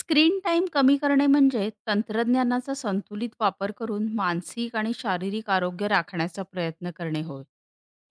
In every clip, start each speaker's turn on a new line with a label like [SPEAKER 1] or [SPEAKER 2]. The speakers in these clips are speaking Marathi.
[SPEAKER 1] स्क्रीन टाइम कमी करणे म्हणजे तंत्रज्ञानाचा संतुलित वापर करून मानसिक आणि शारीरिक आरोग्य राखण्याचा प्रयत्न करणे होय.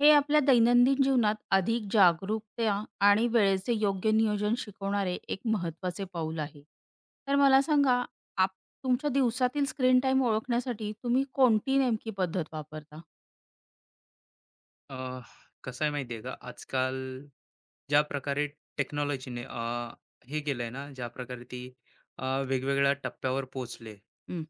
[SPEAKER 1] हे आपल्या दैनंदिन जीवनात अधिक जागरूकता आणि वेळेचे योग्य नियोजन शिकवणारे एक महत्त्वाचे पाऊल आहे. तर मला सांगा, आप तुमच्या दिवसातील स्क्रीन टाईम ओळखण्यासाठी तुम्ही कोणती नेमकी पद्धत वापरता?
[SPEAKER 2] अ, कसं आहे माहिती आहे का, आजकाल ज्या प्रकारे टेक्नॉलॉजीने हे केलंय ना, ज्या प्रकारे ती वेगवेगळ्या टप्प्यावर पोहोचले,
[SPEAKER 1] हं.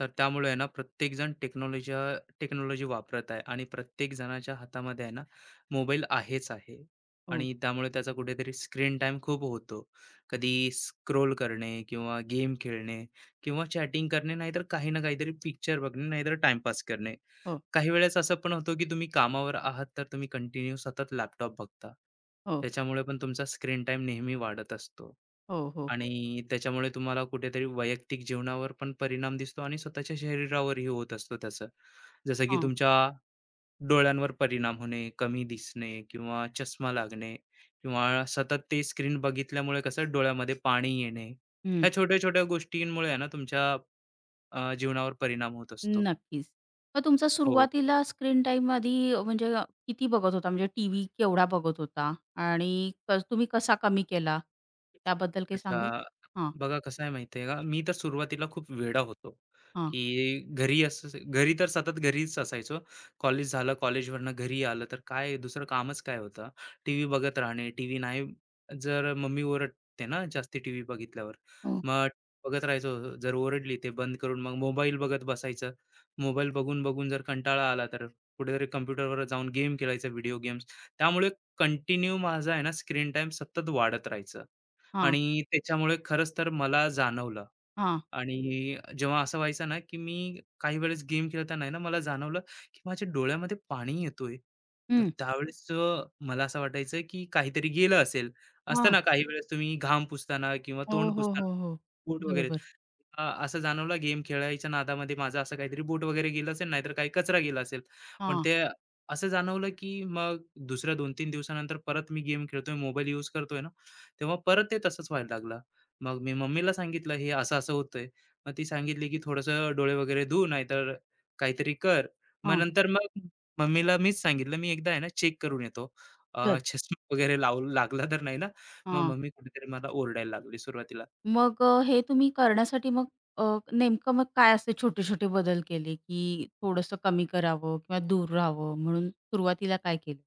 [SPEAKER 2] तर त्यामुळे आहे ना, प्रत्येकजण टेक्नॉलॉजी वापरत आहे आणि प्रत्येक जणाच्या हातामध्ये आहे ना, मोबाईल आहेच आहे
[SPEAKER 1] हो,
[SPEAKER 2] आणि त्यामुळे त्याचा कुठेतरी स्क्रीन टाईम खूप होतो. कधी स्क्रोल करणे किंवा गेम खेळणे किंवा चॅटिंग करणे, नाहीतर काही ना काहीतरी पिक्चर बघणे, नाहीतर टाईमपास करणे.
[SPEAKER 1] हो,
[SPEAKER 2] काही वेळेस असं पण होतं की तुम्ही कामावर आहात तर तुम्ही कंटिन्यू सतत लॅपटॉप बघता.
[SPEAKER 1] हो,
[SPEAKER 2] त्याच्यामुळे पण तुमचा स्क्रीन टाईम नेहमी वाढत असतो
[SPEAKER 1] हो, हो, हो.
[SPEAKER 2] आणि त्याच्यामुळे तुम्हाला कुठेतरी वैयक्तिक जीवनावर पण परिणाम दिसतो आणि स्वतःच्या शरीरावरही होत असतो त्याचा. जसं की
[SPEAKER 1] हां.
[SPEAKER 2] तुमच्या डोळ्यांवर परिणाम होणे, कमी दिसणे किंवा चष्मा लागणे किंवा सतत ते स्क्रीन बघितल्यामुळे कसं डोळ्यामध्ये पाणी येणे. ह्या छोट्या-छोट्या गोष्टींमुळे आहे ना तुमच्या जीवनावर परिणाम होत असतो.
[SPEAKER 1] नक्कीच. मग तुमचा
[SPEAKER 2] हो.
[SPEAKER 1] सुरुवातीला स्क्रीन टाईम आधी म्हणजे किती बघत होता? म्हणजे टीव्ही केवढा बघत होता? आणि तुम्ही कसा कमी केला? त्याबद्दल काही सांगाल?
[SPEAKER 2] अच्छा.
[SPEAKER 1] हां,
[SPEAKER 2] बघा कसं आहे माहिती का, मी तर सुरुवातीला खूप वेडा होतो,
[SPEAKER 1] हां,
[SPEAKER 2] की घरी असं घरी तर सतत घरीच असायचो. कॉलेज झालं, कॉलेजवरनं घरी आलं तर काय दुसरं कामच काय होतं. टीव्ही बघत राहणे, टीव्ही नाही जर मम्मी ओरडते ना जास्ती टीव्ही बघितल्यावर.
[SPEAKER 1] हो,
[SPEAKER 2] मग बघत राहायचो. जर ओरडली ते बंद करून मग मोबाईल बघत बसायचं. मोबाईल बघून, बघून जर कंटाळा आला तर कुठेतरी कॉम्प्युटरवर जाऊन गेम खेळायचा व्हिडिओ गेम्स. त्यामुळे कंटिन्यू माझा आहे ना स्क्रीन टाईम सतत वाढत राहायचं.
[SPEAKER 1] हां,
[SPEAKER 2] आणि त्याच्यामुळे खरंच तर मला जाणवलं
[SPEAKER 1] हां,
[SPEAKER 2] आणि जेव्हा असं व्हायचं ना, की मी काही वेळेस गेम खेळताना आहे ना, मला जाणवलं, की माझ्या डोळ्यामध्ये पाणी येतोय. तर
[SPEAKER 1] हं,
[SPEAKER 2] त्यावेळेस मला असं वाटायचं, की काहीतरी गेलं असेल. असतं
[SPEAKER 1] हां.
[SPEAKER 2] ना काही वेळेस तुम्ही घाम पुसताना किंवा
[SPEAKER 1] हो,
[SPEAKER 2] तोंड
[SPEAKER 1] हो, हो,
[SPEAKER 2] पुसताना
[SPEAKER 1] हो.
[SPEAKER 2] बोट वगैरे
[SPEAKER 1] बरोबर.
[SPEAKER 2] असं जाणवलं गेम खेळायच्या नादामध्ये माझं असं काहीतरी बोट वगैरे गेलं असेल, नाहीतर काही कचरा गेला असेल. पण
[SPEAKER 1] हां,
[SPEAKER 2] ते असं जाणवलं, की मग दुसऱ्या 2-3 दिवसानंतर परत मी गेम खेळतोय, मोबाईल यूज करतोय ना, तेव्हा परत ते तसंच व्हायला लागलं. मग मी मम्मीला सांगितलं, "हे असं-असं होतंय." मग ती सांगितली, की "थोडंसं डोळे वगैरे धुऊ, नाहीतर काहीतरी कर." मग
[SPEAKER 1] हां,
[SPEAKER 2] नंतर मग मम्मीला मीच सांगितलं, "मी एकदा आहे ना चेक करून येतो.
[SPEAKER 1] बरं.
[SPEAKER 2] चष्मा वगैरे लावू लागला तर नाही ना?" मग
[SPEAKER 1] हां.
[SPEAKER 2] मम्मी कुठेतरी मला ओरडायला लागली सुरुवातीला.
[SPEAKER 1] मग हे तुम्ही करण्यासाठी मग अ, नेमकं मग काय असे छोटे-छोटे बदल केले, की थोडंसं कमी करावं किंवा दूर राहावं म्हणून सुरुवातीला काय केलं?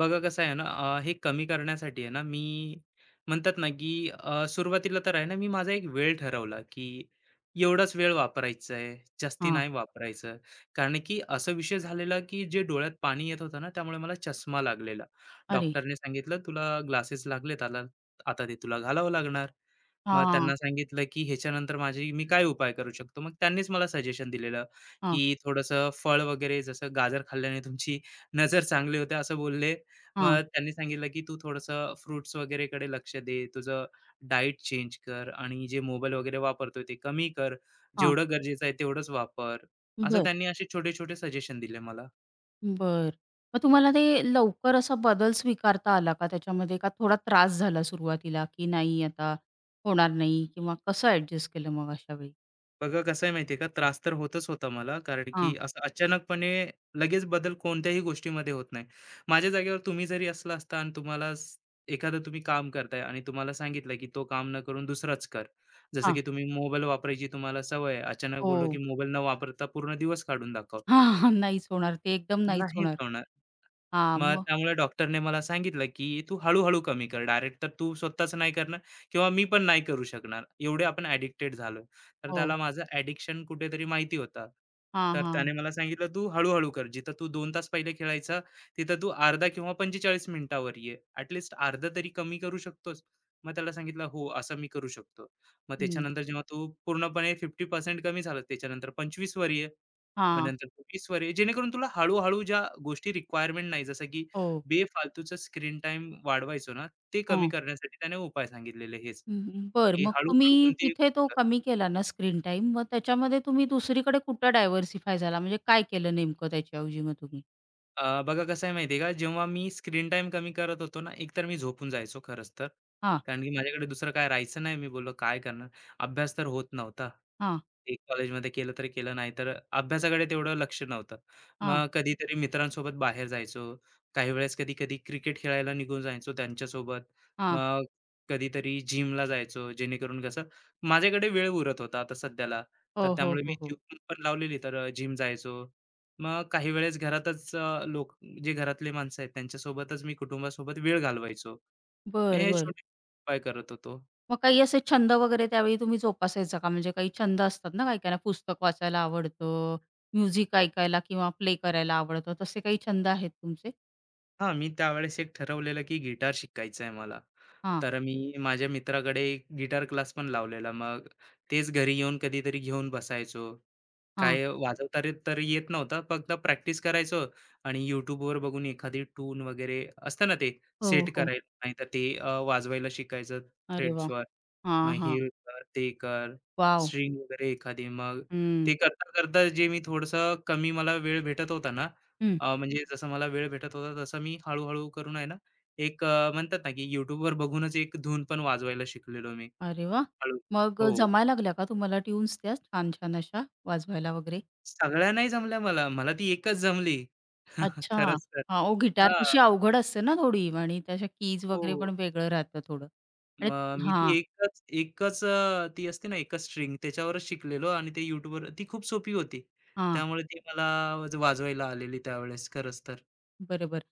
[SPEAKER 2] बघा कसं आहे ना हे कमी करण्यासाठी आहे ना मी म्हणतात ना की सुरुवातीला तर आहे ना मी माझा एक वेळ ठरवला की एवढाच वेळ वापरायचा आहे जास्ती
[SPEAKER 1] हां.
[SPEAKER 2] नाही वापरायचं कारण की असं विषय झालेला की जे डोळ्यात पाणी येत होतं ना त्यामुळे मला चष्मा लागलेला.
[SPEAKER 1] अरे!
[SPEAKER 2] डॉक्टरने सांगितलं तुला ग्लासेस लागलेत आला आता ते तुला घालावं लागणार. मग
[SPEAKER 1] हां,
[SPEAKER 2] त्यांना सांगितलं, की ह्याच्यानंतर माझी मी काय उपाय करू शकतो? मग त्यांनीच मला सजेशन दिलेलं,
[SPEAKER 1] हां,
[SPEAKER 2] की थोडंसं फळ वगैरे जसं गाजर खाल्ल्याने तुमची नजर चांगली होते असं बोलले. मग त्यांनी सांगितलं, की तू थोडंसं फ्रुट्स वगैरेकडे लक्ष दे, तुझं डाएट चेंज कर आणि जे मोबाईल वगैरे वापरतोय ते कमी कर.
[SPEAKER 1] हां.
[SPEAKER 2] जेवढं गरजेचं आहे तेवढंच वापर. असं
[SPEAKER 1] बरं,
[SPEAKER 2] त्यांनी असे छोटे-छोटे सजेशन दिले मला.
[SPEAKER 1] बरं. मग तुम्हाला ते लवकर असा बदल स्वीकारता आला का त्याच्यामध्ये? का थोडा त्रास झाला सुरुवातीला, की नाही आता होणार नाही किंवा कसं ॲडजस्ट केलं मग अशा वेळी?
[SPEAKER 2] बघा कसं आहे माहिती आहे का, त्रास तर होतच होता मला. कारण
[SPEAKER 1] हां,
[SPEAKER 2] की असं अचानकपणे लगेच बदल कोणत्याही गोष्टीमध्ये होत नाही. माझ्या जागेवर तुम्ही जरी असला असता आणि तुम्हाला स एखादं तुम्ही काम करताय आणि तुम्हाला सांगितलं, की तो काम न करून दुसरंच कर. जसं
[SPEAKER 1] हां.
[SPEAKER 2] की तुम्ही मोबाईल वापरायची तुम्हाला सवय आहे. अचानक
[SPEAKER 1] हो.
[SPEAKER 2] बोललो, की मोबाईल न वापरता पूर्ण दिवस काढून दाखव.
[SPEAKER 1] हां, हां. नाहीच होणार. ते एकदम नाहीच
[SPEAKER 2] नाहीच
[SPEAKER 1] होणार.
[SPEAKER 2] होणार.
[SPEAKER 1] हां,
[SPEAKER 2] मग
[SPEAKER 1] मग
[SPEAKER 2] त्यामुळे डॉक्टरने मला सांगितलं, की "तू हळू-हळू कमी कर. डायरेक्ट तर तू स्वतःच नाही करणार किंवा मी पण नाही करू शकणार. एवढे आपण ॲडिक्टेड झालोय." तर
[SPEAKER 1] हो.
[SPEAKER 2] त्याला माझं ॲडिक्शन कुठेतरी माहिती होतं.
[SPEAKER 1] हां,
[SPEAKER 2] तर
[SPEAKER 1] हां.
[SPEAKER 2] त्याने मला सांगितलं, "तू हळू कर. जिथं तू 2 तास पहिले खेळायचा, तिथं तू अर्धा किंवा 45 मिनिटावर ये. ॲटलीस्ट अर्धा तरी कमी करू शकतोस." मग त्याला सांगितलं, "हो, असं मी करू शकतो." मग
[SPEAKER 1] हं.
[SPEAKER 2] त्याच्यानंतर जेव्हा तू पूर्णपणे 50% कमी झालं, त्याच्यानंतर 25वर वर ये. मग
[SPEAKER 1] हां.
[SPEAKER 2] नंतर तू 20वर ये, जेणेकरून तुला हळू-हळू ज्या गोष्टी रिक्वायरमेंट नाही, जसं की
[SPEAKER 1] हो.
[SPEAKER 2] बेफालतूचा स्क्रीन टाईम वाढवायचो ना, ते कमी
[SPEAKER 1] हां.
[SPEAKER 2] करण्यासाठी त्याने उपाय सांगितलेले हेच,
[SPEAKER 1] हं, बरं.
[SPEAKER 2] की
[SPEAKER 1] मग
[SPEAKER 2] हळू-हळू
[SPEAKER 1] तुम्ही
[SPEAKER 2] कोणती
[SPEAKER 1] तिथे तो कमी केला ना स्क्रीन टाईम, मग त्याच्यामध्ये तुम्ही दुसरीकडे कुठं डायव्हर्सिफाय झाला? म्हणजे काय केलं नेमकं त्याच्याऐवजी मग तुम्ही?
[SPEAKER 2] बघा कसं आहे माहिती का, जेव्हा मी स्क्रीन टाइम कमी करत होतो ना, एकतर मी झोपून जायचो खरंच तर.
[SPEAKER 1] हां,
[SPEAKER 2] कारण की माझ्याकडे दुसरं काय राहायचं नाही. मी बोललो काय करणार? अभ्यास तर होत नव्हता.
[SPEAKER 1] हां,
[SPEAKER 2] एक कॉलेजमध्ये केलं तर केलं, नाही तर अभ्यासाकडे तेवढं लक्ष नव्हतं.
[SPEAKER 1] हां,
[SPEAKER 2] मग कधीतरी मित्रांसोबत बाहेर जायचो. काही वेळेस कधी-कधी क्रिकेट खेळायला निघून जायचो त्यांच्यासोबत.
[SPEAKER 1] हां.
[SPEAKER 2] मग कधीतरी जिमला जायचो, जेणेकरून कसं माझ्याकडे वेळ उरत होता आता सध्याला. तर
[SPEAKER 1] हो, हो,
[SPEAKER 2] त्यामुळे मी
[SPEAKER 1] हो, हो.
[SPEAKER 2] जिम पण लावलेली, तर जिम जायचो. मग काही वेळेस घरातच लोक जे घरातले माणसं आहेत त्यांच्यासोबतच मी कुटुंबासोबत वेळ घालवायचो. मग
[SPEAKER 1] बर
[SPEAKER 2] हे
[SPEAKER 1] बर।
[SPEAKER 2] छोटे उपाय करत होतो.
[SPEAKER 1] मग काही असे छंद वगैरे त्यावेळी तुम्ही जोपासायचा का? म्हणजे काही छंद असतात ना काही-काहींना पुस्तक वाचायला आवडतं, म्युझिक ऐकायला किंवा प्ले करायला आवडतं. तसे काही छंद आहेत तुमचे?
[SPEAKER 2] हां, मी त्यावेळेस एक ठरवलेलं की गिटार शिकायचं आहे मला.
[SPEAKER 1] हां,
[SPEAKER 2] तर मी माझ्या मित्राकडे एक गिटार क्लास पण लावलेला. मग तेच घरी येऊन कधीतरी घेऊन बसायचो.
[SPEAKER 1] हां.
[SPEAKER 2] काय वाजवता रे तर येत नव्हता. फक्त प्रॅक्टिस करायचो आणि YouTubeवर बघून एखादी ट्यून वगैरे असतं ना ते
[SPEAKER 1] हो,
[SPEAKER 2] सेट
[SPEAKER 1] हो.
[SPEAKER 2] करायचं. नाहीतर ते वाजवायला शिकायचं
[SPEAKER 1] अरे वाह!
[SPEAKER 2] थ्रेड्सवर. मग
[SPEAKER 1] हां, हां.
[SPEAKER 2] हे कर, ते कर,
[SPEAKER 1] वॉव!
[SPEAKER 2] स्ट्रिंग वगैरे एखादी. मग
[SPEAKER 1] हं,
[SPEAKER 2] ते करता-करता जे मी थोडंसं कमी मला वेळ भेटत होता ना,
[SPEAKER 1] हं.
[SPEAKER 2] म्हणजे जसं मला वेळ भेटत होता तसं मी हळू-हळू करून आहे ना, एक म्हणतात ना, की YouTubeवर बघूनच एक धून पण वाजवायला शिकलेलो मी.
[SPEAKER 1] अरे वाह!
[SPEAKER 2] हळू
[SPEAKER 1] मग
[SPEAKER 2] हो.
[SPEAKER 1] जमायला लागल्या का तुम्हाला ट्यून्स त्या छान-छान अशा वाजवायला वगैरे?
[SPEAKER 2] सगळ्या नाही जमल्या मला. मला ती एकच जमली.
[SPEAKER 1] अच्छा.
[SPEAKER 2] खरंच तर.
[SPEAKER 1] हां, ओ गिटार
[SPEAKER 2] हां.
[SPEAKER 1] तशी अवघड असते ना थोडी आणि त्याच्या कीज
[SPEAKER 2] हो.
[SPEAKER 1] वगैरे पण वेगळं राहतं थोडं आणि
[SPEAKER 2] मग मी ती
[SPEAKER 1] हां,
[SPEAKER 2] एकच एकच अ, ती असते ना एकच स्ट्रिंग त्याच्यावरच शिकलेलो आणि ते YouTubeवर ती खूप सोपी होती.
[SPEAKER 1] हां.
[SPEAKER 2] त्यामुळे ती मला वाजवायला आलेली त्यावेळेस खरंच तर.
[SPEAKER 1] बरोबर.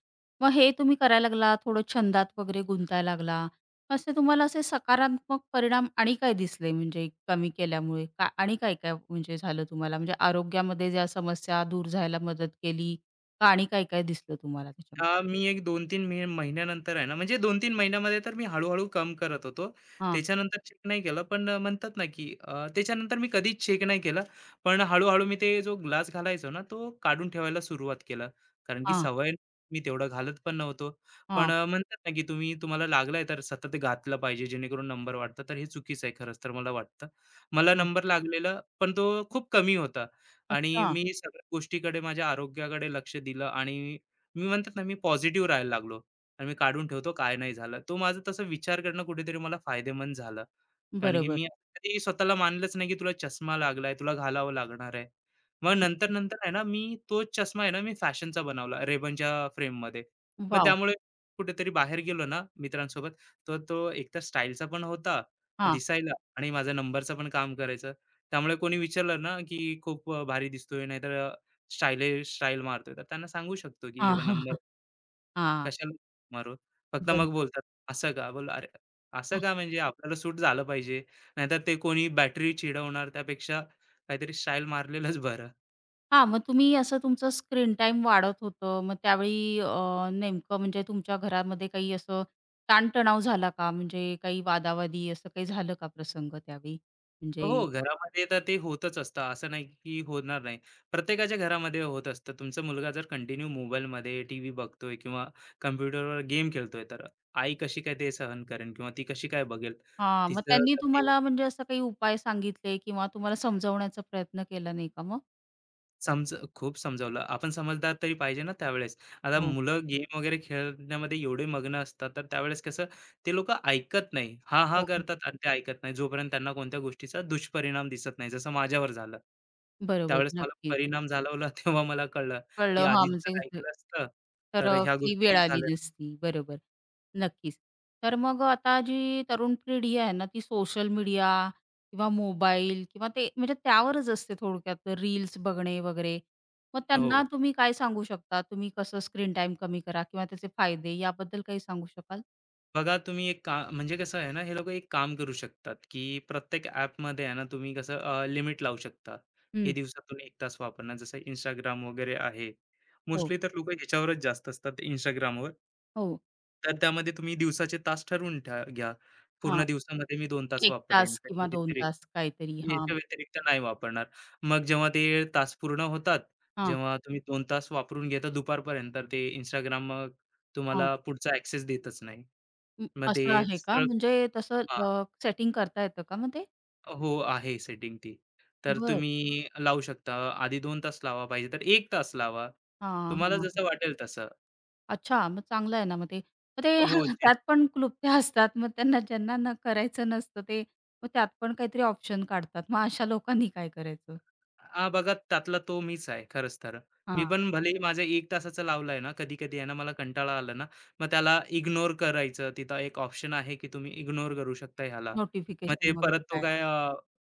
[SPEAKER 1] मग हे तुम्ही करायला लागला, थोडं छंदात वगैरे गुंतायला लागला. असे तुम्हाला असे सकारात्मक परिणाम आणि काय दिसले म्हणजे कमी केल्यामुळे? का आणि काय-काय म्हणजे झालं तुम्हाला? म्हणजे आरोग्यामध्ये ज्या समस्या दूर जायला मदत केली का आणि काय-काय दिसलं तुम्हाला त्याच्यामध्ये?
[SPEAKER 2] मी एक 2-3 मे महिन्यानंतर आहे ना, म्हणजे 2-3 महिन्यामध्ये तर मी हळू-हळू कम करत होतो.
[SPEAKER 1] हां,
[SPEAKER 2] त्याच्यानंतर चेक नाही केलं. पण म्हणतात ना, की त्याच्यानंतर मी कधीच चेक नाही केलं. पण हळू मी ते जो ग्लास घालायचो ना, तो काढून ठेवायला सुरुवात केलं. कारण की
[SPEAKER 1] हां,
[SPEAKER 2] सवय मी तेवढं घालत पण नव्हतो. पण
[SPEAKER 1] हां,
[SPEAKER 2] म्हणतात ना, की तुम्ही तुम्हाला लागलाय तर सतत घातलं पाहिजे जेणेकरून नंबर वाढतं. तर हे चुकीचं आहे खरंच तर मला वाटतं. मला
[SPEAKER 1] हां.
[SPEAKER 2] नंबर लागलेला पण तो खूप कमी होता आणि
[SPEAKER 1] अच्छा.
[SPEAKER 2] मी सगळ्या गोष्टीकडे माझ्या आरोग्याकडे लक्ष दिलं आणि मी म्हणतात ना, मी पॉझिटिव्ह राहायला लागलो आणि मी काढून ठेवतो, काय नाही झालं. तो माझा तसा विचार करणं कुठेतरी मला फायदेमंद झालं. कारण की
[SPEAKER 1] बरोबर.
[SPEAKER 2] मी असं कधी स्वतःला मानलंच नाही, की तुला चष्मा लागलाय, तुला घालावा लागणार आहे. मग नंतर-नंतर आहे ना, मी तोच चष्मा आहे ना, मी फॅशनचा बनवला Ray-Banच्या फ्रेममध्ये. मग
[SPEAKER 1] वॉव!
[SPEAKER 2] त्यामुळे कुठेतरी बाहेर गेलो ना मित्रांसोबत, तर तो एकतर स्टाईलचा पण होता
[SPEAKER 1] हां.
[SPEAKER 2] दिसायला आणि माझा नंबरचं पण काम करायचं. त्यामुळे कोणी विचारलं ना, की "खूप भारी दिसतोय, नाहीतर स्टाईल मारतोय." तर त्यांना सांगू शकतो, की
[SPEAKER 1] हां,
[SPEAKER 2] "हे
[SPEAKER 1] हां,
[SPEAKER 2] नंबर
[SPEAKER 1] हां. हां.
[SPEAKER 2] कशाला मारू?" फक्त
[SPEAKER 1] बरोबर.
[SPEAKER 2] मग बोलतात, "असं का?" बोललो, "अरे असं का म्हणजे आपल्याला सूट झालं पाहिजे. नाहीतर ते कोणी बॅटरी चिडवणार त्यापेक्षा काहीतरी शाईल मारलेलंच बरं."
[SPEAKER 1] हां, मग तुम्ही असं तुमचं स्क्रीन टाईम वाढत होतं. मग त्यावेळी नेमकं म्हणजे तुमच्या घरामध्ये काही असं ताणतणाव झाला का? म्हणजे काही वादावादी असं काही झालं का प्रसंग त्यावेळी? म्हणजे
[SPEAKER 2] हो, घरामध्ये तर ते होतच असतं. असं नाही की होणार नाही. प्रत्येकाच्या घरामध्ये होत असतं. तुमचा मुलगा जर कंटिन्यू मोबाईलमध्ये टीव्ही बघतोय किंवा कॉम्प्युटरवर गेम खेळतोय, तर आई कशी काय ते सहन करेन किंवा ती कशी काय बघेल?
[SPEAKER 1] हां, मग
[SPEAKER 2] तिचं
[SPEAKER 1] त्यांनी तुम्हाला म्हणजे असं काही उपाय सांगितले किंवा तुम्हाला समजवण्याचा प्रयत्न केला नाही का मग?
[SPEAKER 2] समज खूप समजावलं. आपण समजदार तरी पाहिजे ना त्यावेळेस. आता
[SPEAKER 1] हो.
[SPEAKER 2] मुलं गेम वगैरे खेळण्यामध्ये एवढे मग्न असतात, तर त्यावेळेस कसं ते लोकं ऐकत नाही. हां, हां
[SPEAKER 1] हो, हो.
[SPEAKER 2] करतात आणि ते ऐकत नाही, जोपर्यंत त्यांना कोणत्या गोष्टीचा दुष्परिणाम दिसत नाही. जसं माझ्यावर झालं.
[SPEAKER 1] बरोबर,
[SPEAKER 2] त्यावेळेस मला
[SPEAKER 1] नक्कीच.
[SPEAKER 2] परिणाम जाणवला तेव्हा मला कळलं, की
[SPEAKER 1] कळलं. हां,
[SPEAKER 2] आधीच
[SPEAKER 1] म्हणजे
[SPEAKER 2] जर ऐकलं असतं,
[SPEAKER 1] तर
[SPEAKER 2] तर ह्या
[SPEAKER 1] ही वेळ
[SPEAKER 2] गोष्टी
[SPEAKER 1] आली
[SPEAKER 2] झाल्या न
[SPEAKER 1] नसती. बरोबर. नक्कीच. तर मग आता जी तरुण पिढी आहे ना, ती सोशल मीडिया किंवा मोबाईल किंवा ते म्हणजे त्यावरच असते थोडक्यात रील्स बघणे वगैरे. मग त्यांना
[SPEAKER 2] हो.
[SPEAKER 1] तुम्ही काय सांगू शकता? तुम्ही कसं स्क्रीन टाइम कमी करा किंवा त्याचे फायदे याबद्दल काही सांगू शकाल?
[SPEAKER 2] बघा तुम्ही एक का म्हणजे कसं आहे ना, हे लोकं एक काम करू शकतात, की प्रत्येक ॲपमध्ये आहे ना, तुम्ही कसं लिमिट लावू शकता. हे
[SPEAKER 1] हं.
[SPEAKER 2] दिवसातून एक तास वापरणार. जसं इंस्टाग्राम वगैरे आहे.
[SPEAKER 1] हो,
[SPEAKER 2] मोस्टली तर लोकं ह्याच्यावरच जास्त असतात Instagramवर.
[SPEAKER 1] हो.
[SPEAKER 2] तर त्यामध्ये तुम्ही दिवसाचे तास ठरवून ठ्या घ्या.
[SPEAKER 1] हां.
[SPEAKER 2] पूर्ण दिवसामध्ये मी 2 तास
[SPEAKER 1] 1
[SPEAKER 2] वापरेन.
[SPEAKER 1] तास
[SPEAKER 2] त्याच्या
[SPEAKER 1] किंवा 2
[SPEAKER 2] व्यतिरिक्त
[SPEAKER 1] तास काहीतरी. हां,
[SPEAKER 2] याच्या व्यतिरिक्त नाही वापरणार. मग जेव्हा ते तास पूर्ण होतात,
[SPEAKER 1] हां,
[SPEAKER 2] जेव्हा तुम्ही 2 तास वापरून घेता दुपारपर्यंत, तर ते Instagram मग
[SPEAKER 1] हां.
[SPEAKER 2] तुम्हाला पुढचा ॲक्सेस देतच नाही.
[SPEAKER 1] अं,
[SPEAKER 2] मग
[SPEAKER 1] असं
[SPEAKER 2] ते
[SPEAKER 1] आहे का?
[SPEAKER 2] सरळ
[SPEAKER 1] म्हणजे तसं
[SPEAKER 2] हां,
[SPEAKER 1] सेटिंग करता येतं का मग ते?
[SPEAKER 2] हो, आहे सेटिंग ती. तर तुम्ही लावू शकता. आधी 2 तास लावा पाहिजे तर एक तास लावा.
[SPEAKER 1] हां,
[SPEAKER 2] तुम्हाला
[SPEAKER 1] हां.
[SPEAKER 2] जसं वाटेल तसं.
[SPEAKER 1] अच्छा, मग चांगलं आहे ना मग ते. मग ते
[SPEAKER 2] हो, जे
[SPEAKER 1] त्यात पण क्लुप्त्या असतात. मग त्यांना ज्यांना न करायचं नसतं ते मग त्यात पण काहीतरी ऑप्शन काढतात. मग अशा लोकांनी काय करायचं?
[SPEAKER 2] हां, बघा त्यातला तो मीच आहे खरंच तर. मी
[SPEAKER 1] हां,
[SPEAKER 2] पण भलेही माझा 1 तासाचा लावलाय ना, कधी-कधी आहे ना मला कंटाळा आला ना, मग त्याला इग्नोर करायचं. तिथं एक ऑप्शन आहे की तुम्ही इग्नोर करू शकता ह्याला. मग ते
[SPEAKER 1] नोटिफिकेशन वगैरे
[SPEAKER 2] परत तो
[SPEAKER 1] काय?
[SPEAKER 2] काय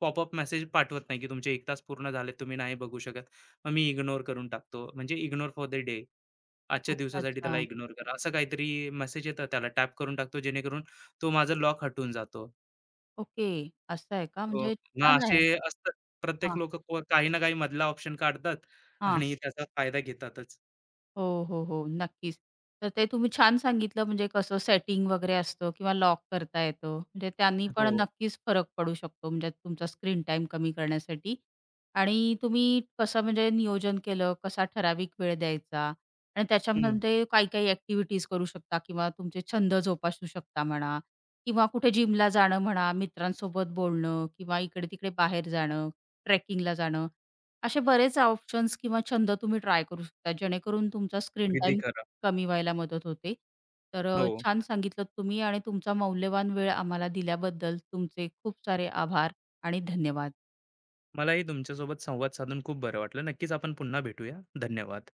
[SPEAKER 2] पॉपअप मेसेज पाठवत नाही की तुमचे 1 तास पूर्ण झाले, तुम्ही नाही बघू शकत. मग मी इग्नोर करून टाकतो. म्हणजे इग्नोर फॉर द डे. आजच्या
[SPEAKER 1] अच्छा,
[SPEAKER 2] दिवसासाठी त्याला हं.
[SPEAKER 1] अच्छा.
[SPEAKER 2] इग्नोर करा. असं काहीतरी मेसेज येतात त्याला टॅप करून टाकतो जेणेकरून तो माझा लॉक हटून जातो.
[SPEAKER 1] ओके. असं आहे का?
[SPEAKER 2] तो
[SPEAKER 1] म्हणजे
[SPEAKER 2] मग
[SPEAKER 1] छान
[SPEAKER 2] असे
[SPEAKER 1] आहे.
[SPEAKER 2] असतात प्रत्येक
[SPEAKER 1] हां,
[SPEAKER 2] लोक काही ना काही मधला ऑप्शन काढतात
[SPEAKER 1] हां.
[SPEAKER 2] आणि त्याचा फायदा घेतातच.
[SPEAKER 1] हो, हो, हो. नक्कीच. तर ते तुम्ही छान सांगितलं म्हणजे कसं सेटिंग वगैरे असतं किंवा लॉक करता येतं. म्हणजे त्यांनी पण
[SPEAKER 2] हो.
[SPEAKER 1] नक्कीच फरक पडू शकतो म्हणजे तुमचा स्क्रीन टाईम कमी करण्यासाठी. आणि तुम्ही कसं म्हणजे नियोजन केलं, कसा ठराविक वेळ द्यायचा आणि
[SPEAKER 2] हं.
[SPEAKER 1] त्याच्यामध्ये काही-काही ॲक्टिव्हिटीज करू शकता किंवा तुमचे छंद जोपासू शकता म्हणा किंवा कुठे जिमला जाणं म्हणा, मित्रांसोबत बोलणं किंवा इकडे-तिकडे बाहेर जाणं, ट्रेकिंगला जाणं. असे बरेच ऑप्शन्स किंवा छंद तुम्ही ट्राय करू शकता, जेणेकरून तुमचा स्क्रीन
[SPEAKER 2] अगदी
[SPEAKER 1] टाईम
[SPEAKER 2] खरं.
[SPEAKER 1] कमी व्हायला मदत होते. तर
[SPEAKER 2] हो.
[SPEAKER 1] छान सांगितलत तुम्ही आणि तुमचा मौल्यवान वेळ आम्हाला दिल्याबद्दल तुमचे खूप सारे आभार आणि धन्यवाद.
[SPEAKER 2] मलाही तुमच्यासोबत संवाद साधून खूप बरं वाटलं. नक्कीच आपण पुन्हा भेटूया. धन्यवाद.